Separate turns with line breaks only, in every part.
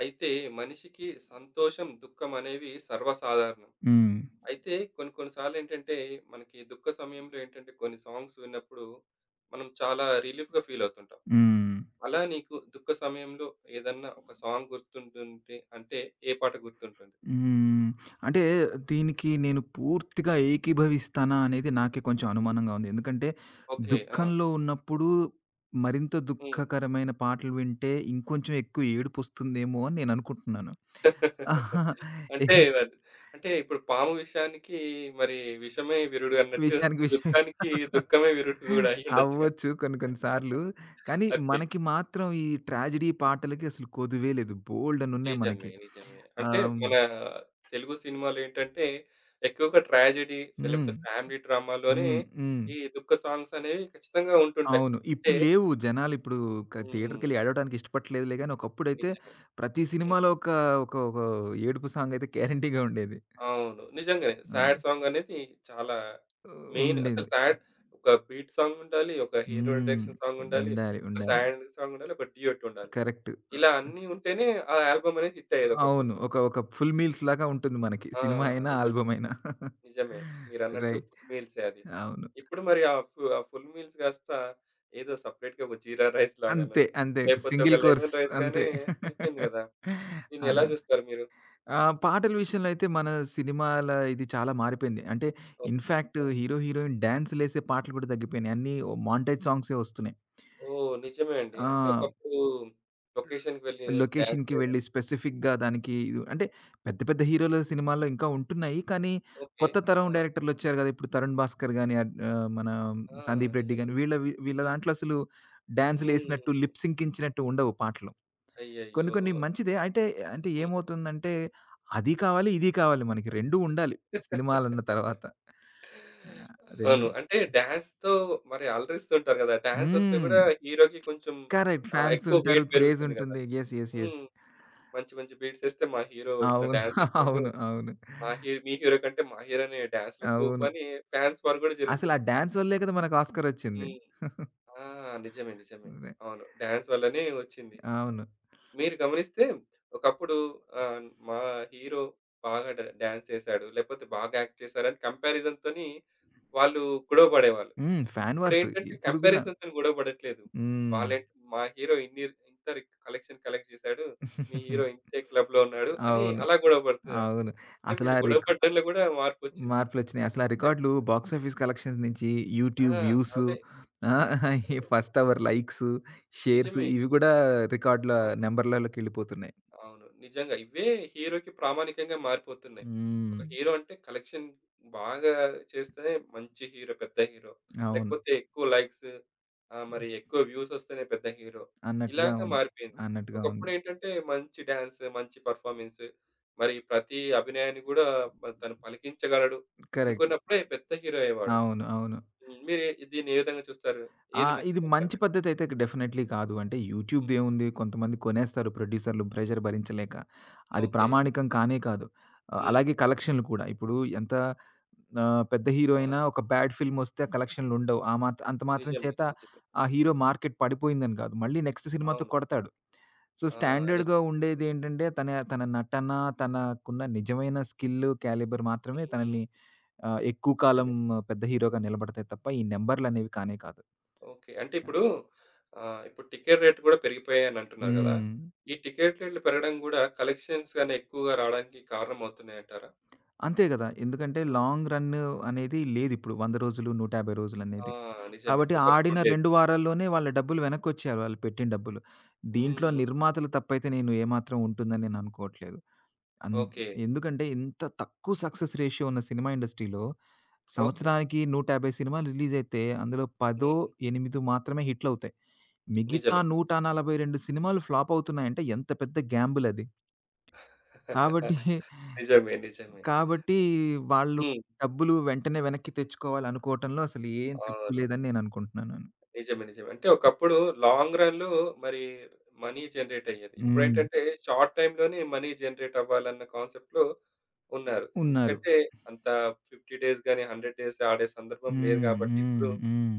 అయితే మనిషికి సంతోషం, దుఃఖం అనేవి సర్వసాధారణం.
హ్మ్.
అయితే కొన్ని కొన్ని సార్లేంటంటే మనకి దుఃఖ సమయంలో ఏంటంటే కొన్ని సాంగ్స్ విన్నప్పుడు మనం చాలా రిలీఫ్‌గా ఫీల్ అవుతుంటాం.
హ్మ్.
అలా నీకు దుఃఖ సమయంలో ఏదన్నా ఒక సాంగ్ గుర్తుంటుంటే అంటే ఏ పాట గుర్తుంటుంది?
హ్మ్. అంటే దీనికి నేను పూర్తిగా ఏకీభవిస్తానా అనేది నాకే కొంచెం అనుమానంగా ఉంది. ఎందుకంటే
ఓకే. ఆ!
దుఃఖంలో ఉన్నప్పుడు మరింత
హ్మ్.
దుఃఖకరమైన పాటలు వింటే ఇంకొంచెం ఎక్కువ ఏడుపొస్తుందేమో అని నేను అనుకుంటున్నాను. ఆహా!
అంటే అది అంటే ఇప్పుడు పాము విషానికి, మరి విషమే విరుడు అన్నట్టు,
విషయానికి విషయం
దుఃఖానికి దుఃఖమే విరుడు గూడా అయ్యుండొచ్చుగా.
అవ్వచ్చు కొన్ని కొన్ని సార్లు. కానీ
ఓకే.
మనకి మాత్రం ఈ ట్రాజడీ పాటలకి అసలు కొదువే లేదు. బోల్డన్ని ఉన్నాయి మనకి.
నిజమే. నిజమే. అంటే
ఆహ్,
మన తెలుగు సినిమాలేంటంటే ఎక్కువగా ట్రాజెడీ,
హ్మ్.
లేకపోతే ఫ్యామిలీ డ్రామాలోనే
హ్మ్. హ్మ్.
ఈ దుఃఖ సాంగ్స్ అనేవి ఖచ్చితంగా ఉంటుంటాయి.
అవును.
అంటే
ఇప్పుడు లేవు. జనాలిప్పుడు
హ్మ్.
థియేటర్‌కెళ్ళి ఏడవడానికి ఇష్టపడట్లేదులే గాని, ఒకప్పుడైతే
నిజమే.
ప్రతి
హ్మ్.
సినిమాలో ఒక ఏడుపు సాంగయితే గ్యారంటీగా ఉండేది.
అవును. నిజంగానే.
హ్మ్.
సాడ్ సాంగ్ అనేది చాలా మెయిన్. అసలు
ఉండేది.
సాడ్, ఒక బీట్ సాంగ్ ఉండాలి. ఒక హీరో
హ్మ్.
ఇంట్రడక్షన్ సాంగ్ ఉండాలి.
ఉండాలి.
ఒక
ఉండాలి.
సాడ్ సాంగ్ ఉండాలి. ఒక డ్యూయెట్ ఉండాలి.
కరెక్ట్.
ఇలా అన్నీ ఉంటేనే ఆ ఆల్బమ్ అనేది హిట్ అయ్యేది ఒకప్పుడు.
అవును. ఒక ఫుల్ మీల్స్ లాగా ఉంటుంది మనకి.
ఆ!
సినిమా అయినా,
నిజమే.
ఆల్బమ్ అయినా.
నిజమే. మీరన్నట్టు
రైట్.
ఫుల్ మీల్సే అది.
అవును.
ఇప్పుడు మరి ఆ ఫు ఆ ఫుల్ మీల్స్ గాస్త ఏదో సెపరేట్‌గా ఒక జీరా రైస్ లాగానో,
అంతే.
లేపోతే ఒక
సింగిల్ కోర్స్
లెమన్ రైస్ గాని
అంతే.
అయిపోయింది గదా! దీన్నెలా
అలా.
జూస్తారు మీరు?
ఆ! పాటల విషయంలో అయితే మన సినిమాల ఇది చాలా మారిపోయింది. అంటే
ఓహ్!
In fact
oh!
హీరో, హీరోయిన్ డాన్స్‌లేసే పాటలు కూడా తగ్గిపోయినాయి. అన్నీ మాంటేజ్ సాంగ్సే వస్తున్నాయి.
ఓహ్! నిజమే అండి.
ఆ!
అంటే ఒకప్పుడు లొకేషన్‌కి వెళ్లి డాన్స్
లొకేషన్‌కి
చేయడం.
వెళ్లి స్పెసిఫిక్‌గా దానికి ఇది అంటే పెద్ద హీరోల సినిమాల్లో ఇంకా ఉంటున్నాయి. కానీ
ఓకే.
కొత్త తరం
ఆ!
డైరెక్టర్‌లొచ్చారు కదా! ఇప్పుడు 'తరుణ్ భాస్కర్' గాని మన
ఆ!
'సందీప్ రెడ్డి'
నిజమే.
గాని వీళ్ళ వీళ్ళ
హ్మ్.
దాంట్లో అసలు
హ్మ్.
డాన్స్‌లేసినట్టు లిప్ సింకించినట్టు ఉండవు పాటలు. కొన్ని
అయ్యయ్యో!
కొన్ని మంచిదే. అంటే,
హ్మ్.
ఏమవుతుందంటే, అది కావాలి, ఇది కావాలి మనకి. 2 ఉండాలి సినిమాలన్న తర్వాత. యాహ్! 2
అవును. అంటే డాన్స్‌తో మరి అలరిస్తుంటారు గదా! డాన్సొస్తే
హ్మ్.
గూడా హీరోకి కొంచెం
కరెక్ట్. ఫ్యాన్స్
ఎక్కువ
ఉంటారు.
వెయిట్
క్రేజ్
పెరుగుతుంది గదా!
ఉంటుంది. యెస్. యెస్. యెస్.
హ్మ్. మంచి మంచి బీట్స్ ఎస్తే మా హీరో ఇట్లా
అవును.
డాన్స్ ఎస్తుంటే
అవును. అవును.
మా హీ మీ హీరో కంటే మా హీరోనే డాన్స్‌లో తోపు
అవును.
అని ఫ్యాన్స్ వార్ గూడా
అసలు ఆ
జరుగుతుంది.
డాన్స్ వల్లే కదా మనకు ఆస్కార్ వచ్చింది!
హ్మ్. ఆ! నిజమే. నిజమే.
అదే.
అవును. డాన్స్ వల్లనే వచ్చింది.
అవును.
మీరు గమనిస్తే ఒకప్పుడు మా హీరో బాగా డాన్స్ చేసాడు, లేకపోతే బాగా యాక్ట్ చేసారని కంపారిజన్‌తోని వాళ్ళు గొడవ పడేవాళ్ళు.
హ్మ్. ఫ్యాన్ వార్స్
ఇప్పుడేంటంటే
ఇప్పుడు గూడా.
కంపారిజన్‌తోని గొడవ పడట్లేదు.
హ్మ్.
వాళ్ళేంటి మా హీరో ఇంత కలెక్షన్ కలెక్ట్ చేశాడు. మీ హీరో ఇంతే క్లబ్‌లో ఉన్నాడు అని
అవును.
అలా గొడవ పడుతున్నారు.
అవును.
అంటే
అసలా
వీళ్ళు గొడవ
రిక
పడడంలో గూడా మార్పొచ్చింది.
మార్పులొచ్చినాయి. అసలా రికార్డులు బాక్స్ ఆఫీస్ కలెక్షన్స్ నుంచి యూట్యూబ్
ఆ!
వ్యూస్
అవే.
ఆ! ఈ
అవే.
ఫస్ట్ అవర్ లైక్స్, షేర్స్
నిజమే.
ఇవి కూడా రికార్డుల
అవును.
నంబర్‌లలోకెళ్ళిపోతున్నాయి.
అవును. నిజంగా ఇవే హీరోకి ప్రామాణికంగా మారిపోతున్నాయి.
హ్మ్.
ఒక హీరో అంటే కలెక్షన్ బాగా చేస్తేనే మంచి హీరో, పెద్ద హీరో.
అవును.
లేకపోతే ఎక్కువ లైక్స్, మరి ఎక్కువ వ్యూస్ వస్తేనే పెద్ద హీరో.
అన్నట్టుగా
ఇలాగా
ఉంది.
మారిపోయింది.
అన్నట్టుగా ఉంది.
ఒకప్పుడేంటంటే మంచి డాన్స్, మంచి పెర్ఫార్మన్స్, మరి ప్రతి అభినయాన్ని గూడా మరి తను పలికించగలడు
కరెక్ట్.
అనుకున్నప్పుడే పెద్ద హీరో అయ్యేవాడు.
అవును.
హ్మ్. మీరు దీన్ని ఏ విధంగా చూస్తారు?
ఆ!
ఏది
ఇది
మంచిదంటారు
మంచి
మీరు?
పద్ధతయితే డెఫినైట్‌లీ కాదు. అంటే
హ్మ్.
యూట్యూబ్‌దేముంది కొంతమంది కొనేస్తారు ప్రొడ్యూసర్‌లు ప్రెషర్ భరించలేక. అది
ఓకే.
ప్రామాణికం కానే కాదు.
హ్మ్.
అలాగే కలెక్షన్‌లు కూడా. ఇప్పుడు ఎంత పెద్ద హీరో
ఆ!
అయినా ఒక బ్యాడ్ ఫిల్మొస్తే ఆ కలెక్షన్‌లుండవు. ఆ మాత్ అంత మాత్రం
నిజమే.
చేత
నిజమే.
ఆ హీరో మార్కెట్ పడిపోయిందని కాదు. మళ్ళీ నెక్స్ట్ సినిమాతో
అవును.
కొడతాడు. సో,
ఆ!
స్టాండర్డ్‌గా
నిజం.
ఉండేదేంటంటే తన తన నటన, తనకున్న నిజమైన స్కిల్, క్యాలిబర్ మాత్రమే
హ్మ్.
తనని ఎక్కువ కాలం
నిజమే.
పెద్ద హీరోగా నిలబడతాయి తప్ప ఈ నంబర్‌లనేవి కానే కాదు.
ఓకే. అంటే ఇప్పుడు ఇప్పుడు టికెట్ రేట్ గూడా పెరిగిపోయాయని అంటున్నారు గదా!
హ్మ్.
ఈ టికెట్ రేట్లు పెరగడం గూడా కలెక్షన్స్ గాని ఎక్కువగా రావడానికి కారణమవుతున్నాయంటారా?
అంతే గదా! ఎందుకంటే
హ్మ్.
లాంగ్ రన్ అనేది లేదిప్పుడు. 100 రోజులు, 150
ఆ!
రోజులనేది.
నిజమే.
కాబట్టి ఆడిన
ఒకప్పుడుండేది.
2 వారాల్లోనే వాళ్ళ డబ్బులు వెనక్కొచ్చేయాలి వాళ్ళు పెట్టిన డబ్బులు. దీంట్లో
హ్మ్.
నిర్మాతలు తప్పైతే నేను ఏమాత్రం ఉంటుందని నేను అనుకోవట్లేదు. అన్
ఓకే.
ఎందుకంటే ఇంత తక్కువ సక్సెస్ రేషియో ఉన్న సినిమా ఇండస్ట్రీలో
ఓకే.
సంవత్సరానికి 150 సినిమాలు రిలీజయితే అందులో 10,
హ్మ్.
8 మాత్రమే హిట్‌లవుతాయి. మిగతా
నిజమే.
142 సినిమాలు ఫ్లాప్ అవుతున్నాయంటే ఎంత పెద్ద గ్యాంబుల్ అది. కాబట్టి
నిజమే. నిజమే.
కాబట్టి వాళ్ళు
హ్మ్.
డబ్బులు వెంటనే వెనక్కి తెచ్చుకోవాలనుకోవటంలో అసలు ఏం తప్పు
అవును.
లేదని నేననుకుంటున్నాను.
నిజమే. నిజమే. అంటే ఒకప్పుడు లాంగ్ రన్‌లో మరి మనీ జనరేట్ అయ్యేది.
హ్మ్.
ఇప్పుడేంటంటే షార్ట్ టైమ్‌లోనే మనీ జనరేట్ అవ్వాలన్న కాన్సెప్ట్‌లో ఉన్నారు.
ఉన్నారు.
ఎందుకంటే అంత 50 డేస్ గాని, 100 డేస్ ఆడే సందర్భం లేదు
హ్మ్.
కాబట్టి
హ్మ్.
ఇప్పుడు
హ్మ్.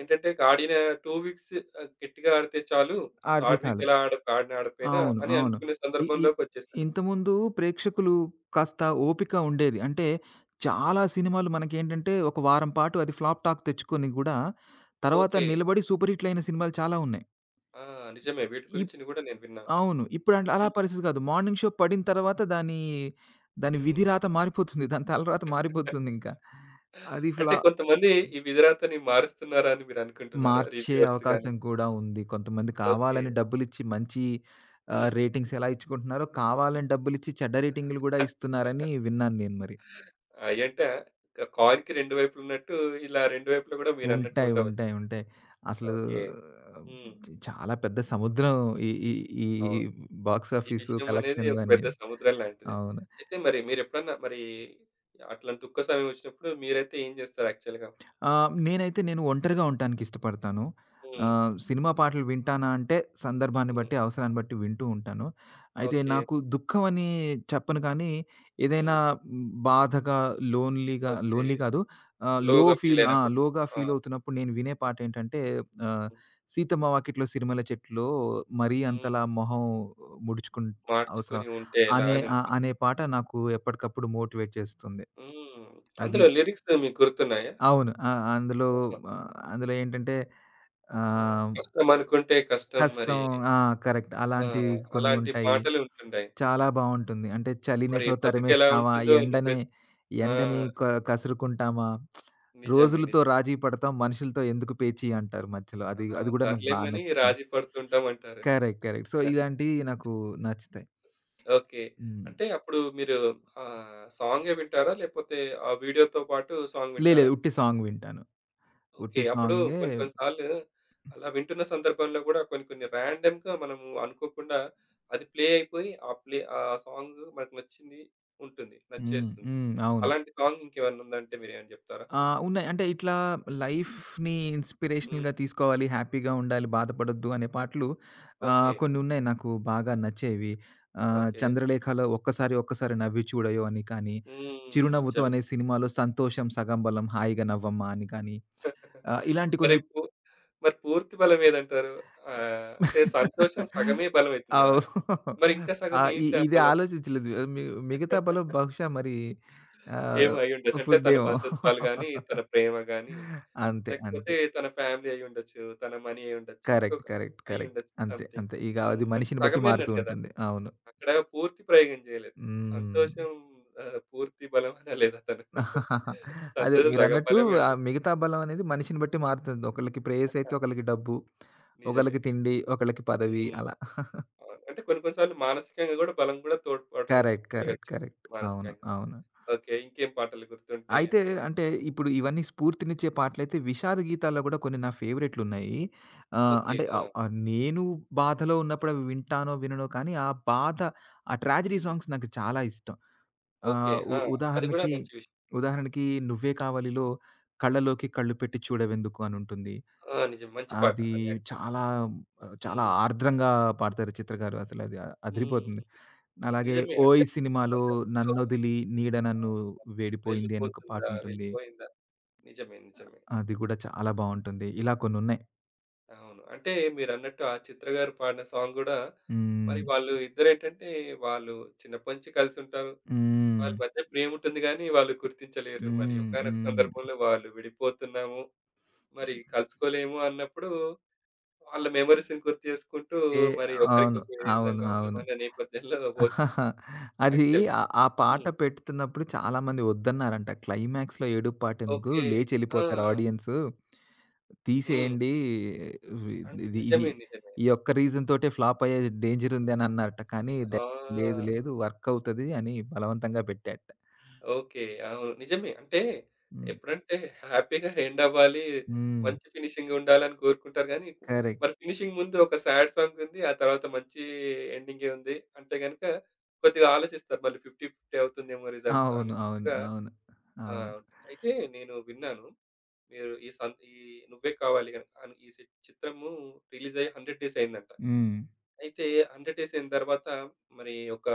ఏంటంటే ఆడిన 2 వీక్స్ గట్టిగా ఆడితే చాలు.
ఆడితే
థర్డ్ వీక్
చాలు.
ఎలా ఆడినా ఆడకపోయినా
అవును.
అని
అవును.
అనుకునే
ఇ ఇ
సందర్భంలోకొచ్చేసారు.
ఇంతకుముందు ప్రేక్షకులు కాస్త ఓపిక ఉండేది. అంటే చాలా సినిమాలు మనకేంటంటే ఒక వారం పాటు అది ఫ్లాప్ టాక్ తెచ్చుకొని గూడా తర్వాత
ఓకే.
నిలబడి సూపర్ హిట్‌లయిన సినిమాలు చాలా ఉన్నాయి.
ఆ! నిజమే. వీటి గురించి కూడా నేను విన్నాను.
అవును. ఇప్పుడు అంట్ల అలా
హ్మ్.
పరిస్థితి కాదు. మార్నింగ్ షో పడిన తర్వాత దాని విధి
హ్మ్.
రాత మారిపోతుంది. దాని తలరాత మారిపోతుందింక. అది
అంటే
ఫ్లా
కొంతమంది ఈ విధురాతని మారుస్తున్నారా అని మీరు అనుకుంటున్నారా?
మార్చే
రివ్యూవర్స్ గాని.
అవకాశం కూడా ఉంది. కొంతమంది
ఓకే.
కావాలని డబ్బులిచ్చి మంచి
హ్మ్.
రేటింగ్స్ ఎలా ఇచ్చుకుంటున్నారో, కావాలని డబ్బులిచ్చి చెడ్డ రేటింగులు గూడా ఇస్తున్నారని విన్నాను నేను మరి.
అయ్యంట క కాయిన్‌కి 2 వైపులున్నట్టు, ఇలా 2 వైపులా గూడా మీరన్నట్టు
ఉంటాయి.
ఉండవచ్చు.
ఉంటాయి. ఉంటాయి. అసలు
ఓకే.
ఆ,
హ్మ్.
చాలా పెద్ద సముద్రం ఈ, ఈ, ఈ
అవును.
బాక్స్
ఈ
ఆఫీసు
విషయం అనేది
కలెక్షన్‌లు
ఒక పెద్ద
అనేవి.
సముద్రం లాంటిదే.
అవును.
అయితే మరి మీరెప్పుడన్నా మరి అట్లాంటి దుఃఖ సమయం ఒచ్చినప్పుడు మీరైతే ఏం జేస్తారు యాక్చువల్‌గా?
నేనైతే నేను ఒంటరిగా ఉండటానికిష్టపడతాను.
హ్మ్.
సినిమా పాటలు వింటానా అంటే సందర్భాన్ని
హ్మ్.
బట్టి, అవసరాన్ని బట్టి వింటూ ఉంటాను. అయితే
ఓకే.
నాకు దుఃఖమని చెప్పను కానీ, ఏదైనా
హ్మ్.
బాధగా,
ఓకే.
లోన్‌లీ కాదు ఆహ్, లో
లోగా
ఫీల్ ఆ!
ఫీలయినప్పుడు.
లోగా
ఆ!
ఫీల్ అవుతున్నప్పుడు నేను వినే పాటేంటంటే ఆహ్, 'సీతమ్మ వాకిట్లో సిరిమల్లె చెట్టులో మరీ అంతలా
హ్మ్.
మొహం ముడుచుకున్ అవసరమా?'
మార్చుకొని ఉంటే ఎలా
అనే
అని
ఆహ్,
ఉంటుంది.
అనే పాట నాకు ఎప్పటికప్పుడు మోటివేట్ చేస్తుంది.
హ్మ్.
అది
అందులో లిరిక్స్ మీకు గుర్తున్నాయా?
అవును. ఆ! అందులో
అవును.
అందులో ఏంటంటే
ఆ!
ఆహ్,
కష్టమనుకుంటే కష్టం మరి.
కష్టం ఆ! కరెక్ట్.
ఆ!
అలాంటివి కొన్ని
అలాంటి
ఉంటాయి.
పాటలు ఉంటుండయి.
చాలా బావుంటుంది. అంటే
మరి
చలినెటో
బతుకెలా
తరిమేస్తామా,
ఉంటుందో నువ్వే.
ఎండని
ఆ!
ఎండని క కసురుకుంటామా,
నిజమే.
రోజులతో రాజీ పడతాం, మనుషులతో ఎందుకు పేచీ అంటారు మధ్యలో. అది
ఆ!
అది గూడా నాకు బా
సర్లేమని
నచ్చుతుంది.
రాజీ పడుతుంటామంటారు.
కరెక్ట్. సో, ఇలాంటివి నాకు నచ్చుతాయి.
ఓకే.
హ్మ్.
అంటే అప్పుడు మీరు సాంగే వింటారా? లేపోతే ఆ వీడియోతో పాటు సాంగ్
లేదు.
వింటారా?
ఉట్టి సాంగ్ వింటాను. ఉట్టి
ఓకే. అప్పుడు
సాంగే
కొన్ని కొన్ని సార్లు అలా వింటున్న సందర్భంలో గూడా కొన్ని కొన్ని ర్యాండమ్‌గా మనము అనుకోకుండా అది ప్లే అయిపోయి, ఆ సాంగ్ మనకు నచ్చింది ఉంటుంది.
హ్మ్.
నచ్చేస్తుంది.
హ్మ్. అవును.
అలాంటి సాంగ్ ఇంకేమన్నా ఉందంటే మీరేమైనా జెప్తారా?
ఆ! ఉన్నాయి. అంటే ఇట్లా లైఫ్‌ని ఇన్‌స్పిరేషనల్‌గా
హ్మ్.
తీసుకోవాలి, హ్యాపీగా ఉండాలి, బాధపడొద్దు అనే పాటలు
ఓకే.
కొన్నున్నాయి నాకు బాగా నచ్చేవి.
ఓకే.
'చంద్రలేఖలో' 'ఒక్కసారి ఒక్కసారి నవ్వి చూడయో' అని కానీ,
హ్మ్.
'చిరునవ్వుతో'
నిజమే.
అనే సినిమాలో 'సంతోషం సగం బలం హాయిగా నవ్వమ్మా' అని కానీ, ఇలాంటి
మరి
కొన్ని
పూ మరి పూర్తి బలం ఏదంటారు? అంటే సంతోషం సగమే బలమైతుంది గదా!
అవు
మరి ఇంకా
ఆ!
సగం
ఇ
ఏంటి ఆ
ఇది
బలం?
ఆలోచించలేదు. మిగతా బలం బహుశా మరి ఆహ్,
ఏమో అయ్యుండొచ్చు. అంటే తన
ఫుడ్డేమో.
బంధుత్వాలు గాని, తన ప్రేమ గాని,
అంతే.
లేకపోతే తన ఫ్యామిలీ అయ్యుండొచ్చు. తన మనీ అయ్యుండొచ్చు.
కరెక్ట్.
ఇంకొక
కరెక్ట్. కరెక్ట్.
అయ్యుండొచ్చు
అంతే.
సంథింగ్.
అంతే. ఇక
హ్మ్.
అది
అంటే
మనిషిని బట్టి
సగమే
మారుతూ
అన్నాడు కదా!
ఉంటుంది. అవును.
అక్కడ పూర్తి ప్రయోగం చేయలేదు.
హ్మ్.
సంతోషం, పూర్తి బలం అనలేదతను.
అదే
సంతోషం సగం
మీరన్నట్టు
బలమే
ఆ
అంటున్నాడు.
మిగతా బలం అనేది మనిషిని బట్టి మారుతుంది. ఒకళ్ళకి ప్రేయస్ అయితే
ఆ!
ఒకళ్ళకి డబ్బు,
నిజమే.
ఒకళ్ళకి తిండి, ఒకళ్ళకి పదవి
హ్మ్.
అలా.
అవును. అంటే కొన్ని కొన్ని సార్లు మానసికంగా గూడా బలం గూడా తోడ్పాటు
కరెక్ట్. కరెక్ట్.
జరగొచ్చు.
కరెక్ట్. అవును.
మానసికంగా.
అవును.
ఓకే. ఇంకేం పాటలు గుర్తుంటాయి
అయితే
అంటే ఏం
అంటే
చెప్తారు?
ఇప్పుడు ఇవన్నీ స్ఫూర్తినిచ్చే పాటలైతే విషాద గీతాల్లో గూడా కొన్ని నా ఫేవరెట్‌లున్నాయి. ఆహ్,
ఓకే.
అంటే ఆహ్,
ఆ!
ఆహ్, నేను బాధలో
హ్మ్.
ఉన్నప్పుడు అవి వింటానో, విననో కానీ ఆ బాధ ఆ ట్రాజడీ
హ్మ్.
సాంగ్స్ నాకు చాలా ఇష్టం.
ఓకే.
ఆహ్, ఉ
ఆ! అది గూడా
ఉదాహరణకి,
మంచి విషయం.
ఉదాహరణకి 'నువ్వే కావాలి'లో కళ్ళలోకి కళ్ళు పెట్టి చూడవెందుకు అనుంటుంది.
ఆ! నిజం. మంచి పాట
అది
అది యాక్చువల్‌గా.
చాలా
హ్మ్.
ఆర్ద్రంగా పాడతారు చిత్ర గారు. అసలది అదిరిపోతుంది.
హ్మ్.
అలాగే
నిజమే. అంటే
'ఓయ్' సినిమాలో
సందర్భంలో
'నన్నొదిలి నీడ నన్ను వేడిపోయింది' అని ఒక
వెళ్ళిపోతుందా?
పాటుంటుంది.
వెళ్ళిపోయిందా? నిజమే. నిజమే.
అది కూడా చాలా బావుంటుంది. ఇలా కొన్నున్నాయి.
అవును. అంటే మీరన్నట్టు ఆ 'చిత్ర' గారు పాడిన సాంగ్ గూడా
హ్మ్.
మరి వాళ్ళు ఇద్దరేంటంటే వాళ్ళు చిన్నప్పటి నుంచి కలిసుంటారు. వాళ్ళ
హ్మ్.
మధ్య ప్రేముంటుంది గానీ వాళ్ళు గుర్తించలేరు. మరి
హ్మ్.
ఒకానొక
హ్మ్.
సందర్భంలో వాళ్ళు విడిపోతున్నాము, మరి కలుసుకోలేము అన్నప్పుడు వాళ్ళ మెమోరీస్‌ని గుర్తు చేసుకుంటూ
ఏ
మరి
అవును.
ఒకరికొకరు ఏ
అవును.
విధంగా
అవును.
ఉన్నామన్న నేపథ్యంలో పోతుంది
ఆహాహా! అది
యాక్చువల్‌గా.
ఆ ఆ పాట
హ్మ్.
పెడుతున్నప్పుడు చాలామంది వద్దన్నారంట. క్లైమాక్స్‌లో ఏడుపు పాటెందుకు
ఓకే. ఆ!
లేచెళ్ళిపోతారు ఆడియన్సు.
హ్మ్.
తీసేయండి. ఇది ఇది
నిజమే. నిజమే.
ఈ ఒక్క రీజన్ తోటే ఫ్లాప్ అయ్యే డేంజర్ ఉంది అని అన్నారట. కానీ డై లేదు
ఆ!
లేదు వర్క్ అవుతది అని బలవంతంగా పెట్టాడట.
ఓకే. అవును. నిజమే. అంటే
హ్మ్.
ఎప్పుడంటే హ్యాపీగా ఎండ్ అవ్వాలి.
హ్మ్.
మంచి ఫినిషింగ్ ఉండాలని కోరుకుంటారు గానీ,
కరెక్ట్.
మరి ఫినిషింగ్ ముందు ఒక సాడ్ సాంగ్ ఉంది. ఆ తర్వాత మంచి ఎండింగే ఉంది. అంటే గనుక కొద్దిగా ఆలోచిస్తారు. మళ్ళీ 50, 50 అవుతుందేమో రిజల్ట్
అవును. అవును.
అన్నట్టుగా.
అవును.
ఆ!
అవును.
ఉంటుంది. అయితే నేను విన్నాను. మీరు ఈ సం ఈ 'నువ్వే కావాలి' గనుక అను ఈ సి చిత్రము రిలీజ్ అయ్యి 100 డేస్ అయిందంట.
హ్మ్.
అయితే 100 డేస్ అయిన తర్వాత మరి ఒక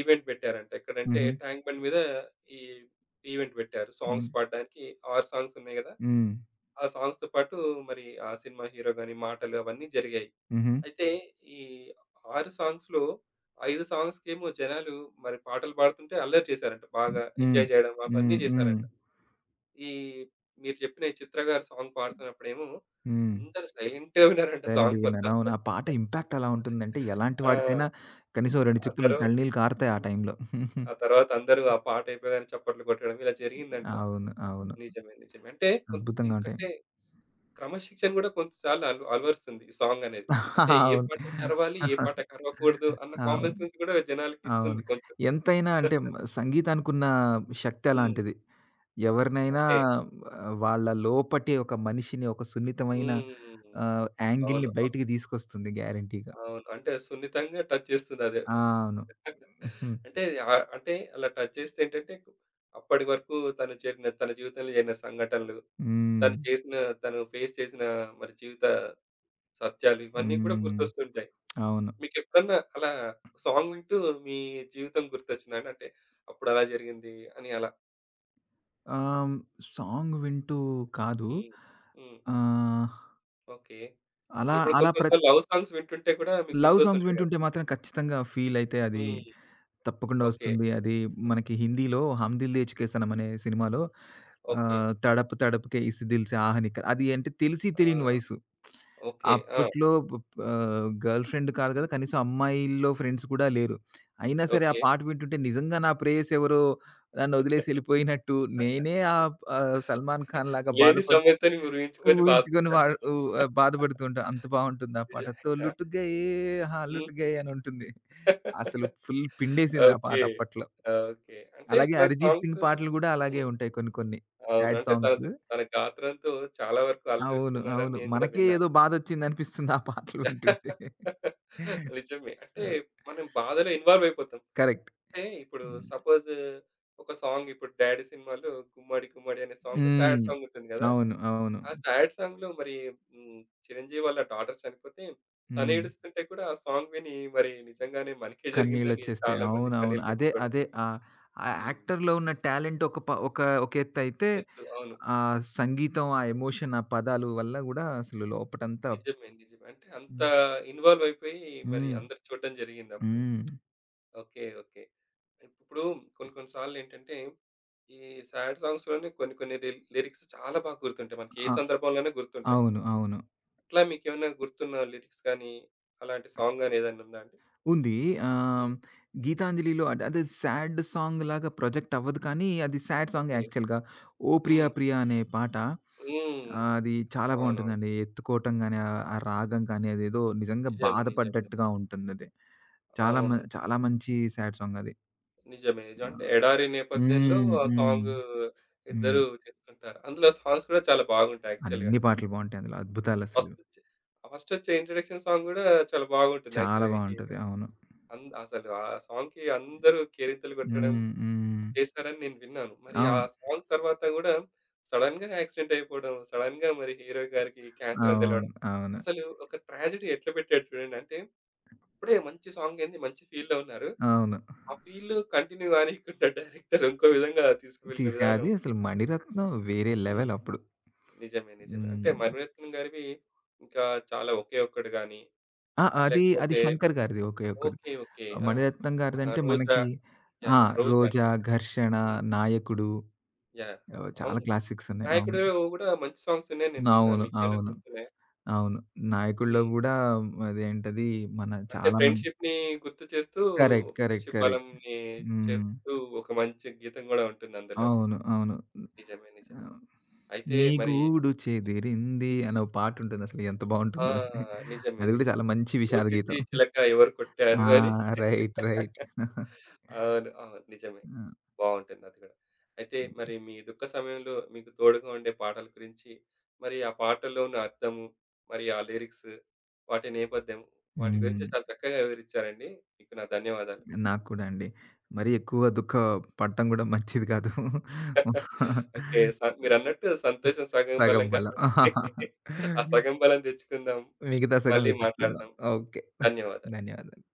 ఈవెంట్ పెట్టారంట. ఎక్కడంటే
హుహు.
ట్యాంక్ బండ్ మీద ఈ ఈవెంట్ పెట్టారు. సాంగ్స్
హ్మ్.
పాడడానికి 6 సాంగ్స్ ఉన్నాయి గదా!
హ్మ్.
ఆ సాంగ్స్‌తో పాటు మరి ఆ సినిమా హీరో గాని మాటలు అవన్నీ జరిగాయి.
హుహు.
అయితే ఈ 6 సాంగ్స్‌లో 5 సాంగ్స్‌కేమో జనాలు మరి పాటలు పాడుతుంటే అల్లరి చేశారంట. బాగా
హ్మ్.
ఎంజాయ్ జేయడం
హ్మ్.
అవన్నీ
హ్మ్. హ్మ్.
జేశారంట. ఈ మీరు చెప్పిన ఈ 'చిత్ర' గారి సాంగ్ పాడుతున్నప్పుడేమో
హ్మ్.
అందరూ సైలెంట్‌గా విన్నారంట
సైలెంట్‌గా
సాంగ్
విన్నాను.
మొత్తం.
అవును. ఆ పాట ఇంపాక్ట్ అలా ఉంటుందంటే, ఎలాంటి
ఆ!
వాడికైనా కనీసం 2
ఆ
చుక్కలు
తర్వాత
కన్నీళ్లు కారుతాయి ఆ
హ్మ్.
టైంలో.
ఆ తర్వాత అందరూ ఆ పాట అయిపోగానే చప్పట్లు కొట్టడం ఇలా జరిగిందంట.
అవును. అవును.
నిజమే. నిజమే. అంటే కొంత
అద్భుతంగా ఉంటాయి.
ఎందుకంటే క్రమశిక్షణ గూడా కొంతసార్లు అలవరుస్తుంది ఈ సాంగ్ అనేది. అంటే ఏ
అవును.
పాటకి అరవాలి, ఏ పాటకి అరవకూడదు అన్న కామన్
అవును.
సెన్స్ గూడా జనాలకి
అవును.
ఇస్తుంది కొంచెం.
ఎంతైనా అంటే సంగీతానికున్న శక్తి
హ్మ్.
అలాంటిది. ఎవరినైనా
ఓకే.
వాళ్ళ లోపటి ఒక మనిషిని ఒక సున్నితమైన
హ్మ్.
యాంగిల్‌ని
అవును.
బయటికి తీసుకొస్తుంది గ్యారంటీగా.
అవును. అంటే సున్నితంగా టచ్ చేస్తుందదే.
అవును. హ్మ్.
అంటే అంటే అలా టచ్ చేస్తే ఏంటంటే అప్పటి వరకు తను చేరిన తన జీవితంలో జరిగిన సంఘటనలు,
హ్మ్.
తను చేసిన తను ఫేస్ చేసిన మరి జీవిత సత్యాలు ఇవన్నీ కూడా
హ్మ్.
గుర్తొస్తుంటాయి.
అవును.
మీకెప్పుడన్నా అలా సాంగ్ వింటూ మీ జీవితం గుర్తొచ్చిందా అండి? అంటే అప్పుడు అలా జరిగింది అని అలా?
ఆహ్, సాంగ్ వింటూ కాదు.
హ్మ్. హ్మ్.
ఆహ్,
ఓకే.
అలా
ఇప్పుడు
అలా
కొన్ని
ప్ర
కొన్ని సార్లు లవ్ సాంగ్స్ వింటుంటే కూడా మీకు
లవ్ సాంగ్స్
గుర్తొస్తుంటాయి కదా!
వింటుంటే మాత్రం ఖచ్చితంగా ఫీలయితే అది
హ్మ్.
తప్పకుండా
ఓకే.
వస్తుంది. అది మనకి హిందీలో 'హమ్ దిల్ దే ఇచ్చుకేసనం' అనే సినిమాలో
ఓకే.
'తడప్ తడప్‌కే ఇస్ దిల్ సే ఆహ్ నిక' అది అంటే తెలిసి
ఆ!
తెలియని వయసు.
ఓకే. ఆ!
అప్పట్లో బ్ గర్ల్ ఫ్రెండ్ కాదు
హ్మ్.
కదా! కనీసం అమ్మాయిల్లో ఫ్రెండ్స్ కూడా లేరు. అయినా సరే ఆ
ఓకే.
పాట వింటుంటే నిజంగా నా ప్రేయసి ఎవరో నన్ను వదిలేసి వెళ్ళిపోయినట్టు నేనే ఆహ్, ఆహ్, 'సల్మాన్ ఖాన్' లాగా
లేని
బాధపడు
సమస్యని మీరు ఊహించుకొని
ఊహించుకొని వా
బాధపడ్డారన్నమాట.
ఉ బాధపడుతూ ఉంటా. అంత బావుంటుంది ఆ పాట.
నిజమే.
'తో
ఆ!
లుట్ గయే హా
హ్మ్.
లుట్ గయే' అని ఉంటుంది. అసలు ఫుల్ పిండేసింది ఆ పాట
ఓకే.
అప్పట్లో.
ఓకే. అంటే
అలాగే
ఇట్లాంటి
'అరిజిత్ సింగ్'
సాంగ్స్.
పాటలు గూడా అలాగే
హ్మ్.
ఉంటాయి కొన్ని కొన్ని.
అవును.
సాడ్
అంటే తన
సాంగ్స్.
తన గాత్రంతో చాలా వరకు
అవును.
అలరిస్తున్నారని
అవును.
నేను గూడా
మనకే
విన్నాను.
ఏదో బాధొచ్చిందనిపిస్తుంది ఆ పాటలు వింటుంటే.
నిజమే. అంటే
ఆ!
మనం బాధలో ఇన్వాల్వ్ అయిపోతాం.
కరెక్ట్.
అంటే ఇప్పుడు సపోజ్ ఒక సాంగ్ ఇప్పుడు 'డాడీ' సినిమాలో 'గుమ్మడి గుమ్మడి' అనే సాంగ్ సాడ్
హ్మ్.
సాంగ్ ఉంటుంది గదా!
అవును.
ఆ సాడ్ సాంగ్‌లో మరి హ్మ్, చిరంజీవి వాళ్ళ డాటర్ చనిపోతే తను
హ్మ్.
ఏడుస్తుంటే కూడా ఆ సాంగ్ విని మరి నిజంగానే మనకే జరిగిందని
కన్నీళ్ళొచ్చేస్తాయి.
చాలా మంది
అవునవును.
కన్నీళ్లు
అదే
పెట్టుకోవడం.
అదే ఆహ్, ఆ
హ్మ్.
యాక్టర్‌లో ఉన్న టాలెంట్ ఒక ఒక ఎత్తయితే,
ఎద్దు. అవును.
ఆ సంగీతం, ఆ ఎమోషన్, ఆ పదాలు వల్ల గూడా అసలు లోపటంతా
నిజమే. నిజమే. అంటే అంత
హ్మ్.
ఇన్వాల్వ్ అయిపోయి మరి
హ్మ్.
అందరూ చూడడం జరిగిందప్పుడు.
హ్మ్.
ఓకే. ఓకే. ఇప్పుడు కొన్ని కొన్ని సార్లేంటంటే, ఈ సాడ్ సాంగ్స్‌లోనే కొన్ని కొన్ని లిరిక్స్ చాలా బాగా గుర్తుంటాయి. మనకి ఏ
అ
సందర్భంలోనే గుర్తుంటాయి.
అవును.
అట్లా మీకేమైనా గుర్తున్న లిరిక్స్ గానీ, అలాంటి సాంగ్ గానీ ఏదైనా ఉందా అండి?
ఉంది. ఆహ్,
హ్మ్.
'గీతాంజలి'లో అంటే అదే సాడ్ సాంగ్‌లాగా ప్రొజెక్ట్ అవ్వదు కానీ, అది సాడ్ సాంగ్
ఓకే.
యాక్చువల్‌గా. 'ఓ ప్రియా
హ్మ్.
ప్రియా' అనే పాట.
హ్మ్.
అది చాలా
అవునవును.
బావుంటుందండి. ఎత్తుకోవటం గాని, ఆ రాగం కానీ అదేదో నిజంగా
నిజం. నిజమే.
బాధపడ్డట్టుగా ఉంటుందది.
అవును.
చాలా మంచి సాడ్ సాంగ్ అది.
నిజమే. నిజం.
ఆ!
అంటే ఎడారి నేపథ్యంలో
హ్మ్.
ఆ
హ్మ్.
సాంగ్
హ్మ్.
ఇద్దరు చేస్తుంటారు. అందులో సాంగ్స్ కూడా చాలా బాగుంటాయి యాక్చువల్‌గా.
అన్ని పాటలు బావుంటాయి అందులో. అద్భుతాలసలు.
ఫస్టొచ్చి ఫస్టొచ్చే ఇంట్రడక్షన్ సాంగ్ గూడా చాలా బాగుంటుంది
చాలా
యాక్చువల్‌గా. ఈ
బావుంటది. అవును.
అసలు ఆ సాంగ్‌కి అందరూ కేరింతలు కొట్టడం
హ్మ్. హ్మ్.
చేశారని నేను విన్నాను. మరి ఆ
అవును.
సాంగ్ తర్వాత గూడా సడెన్‌గా యాక్సిడెంట్ అయిపోవడం, సడెన్‌గా మరి హీరో
స్
గారికి క్యాన్సర్ అని
అవును.
తెలవడం.
అవును.
అసలు ఒక ట్రాజెడీ ఎట్లా పెట్టాడు చూడండి. అంటే అప్పుడే మంచి సాంగ్ అయింది. మంచి ఫీల్‌లో ఉన్నారు.
అవును.
ఆ ఫీల్ కంటిన్యూ కానీయకుండా డైరెక్టర్ ఇంకో విధంగా తీసుకువెళ్ళిన
తీసుక అది
విధానం.
అసలు 'మణిరత్నం' వేరే
హ్మ్.
లెవెల్ అప్పుడు.
నిజమే. నిజమే. అంటే
హ్మ్.
మణిరత్నం గారివి ఇంకా చాలా. ఒకే ఒక్కడు గాని,
ఆ! అది
లేకపోతే.
శంకర్ గారిది ఒకే ఒక్కడు.
ఓకే. ఓకే. ఆ!
'మణిరత్నం'
ఆహా!
గారిదంటే
'రోజా'.
మనకి ఆ!
యాహ్! యాహ్! 'రోజా'
'రోజా',
అనుకుంటా.
'ఘర్షణ',
హ్మ్.
'నాయకుడు'
యాహ్!
చాలా
అవును.
క్లాసిక్స్ ఉన్నాయి.
'నాయకుడు' గూడా మంచి సాంగ్స్ ఉన్నాయని నేను విన్నాను.
అవును.
మీకేమైనా
అవును.
గుర్తున్నాయా?
అవును. 'నాయకుడిలో'
హ్మ్.
గూడా అదేంటది మన
అంటే
చాలా మంది
ఫ్రెండ్‌షిప్‌ని గుర్తు చేస్తూ,
కరెక్ట్. కరెక్ట్.
Friendship
correct.
బలంని
హ్మ్.
చెప్తూ ఒక మంచి గీతం గూడా ఉంటుంది అందులో.
అవును.
నిజమే. నిజమే.
ఆహ్,
అయితే
'నీ
మరి.
గూడు చెదిరింది' అని ఒక పాటుంటుంది అసలు ఎంత
ఆ!
బావుంటుందో అది.
నిజమే.
అది గూడా
నిజమే.
చాలా మంచి
"ఓ
విషాద
చిట్టి
గీతం.
చిలక ఎవరు
ఆ!
కొట్టారు" అని.
రైట్.
అవును. అవును. నిజమే.
ఆ!
బావుంటుంది అది గూడా. అయితే మరి మీ దుఃఖ సమయంలో మీకు తోడుగా ఉండే పాటల గురించి, మరి ఆ పాటల్లో ఉన్న అర్థము, మరి ఆ లిరిక్స్, వాటి నేపథ్యం, వాటి గురించి
హ్మ్.
చాలా చక్కగా వివరించారండి. మీకు నా ధన్యవాదాలు.
నాకు కూడా అండి. మరీ ఎక్కువ దుఃఖ పడటం కూడా మంచిది కాదు.
ఓకే. మీరన్నట్టు సంతోషం సగం
సగం
బలం
బలం.
కాబట్టి, ఆ సగం బలం తెచ్చుకుందాం.
మిగతా సగం
మళ్ళీ
వెతుక్కుందాం.
మాట్లాడదాం.
ఓకే.
ధన్యవాదాలు.
ధన్యవాదాలు.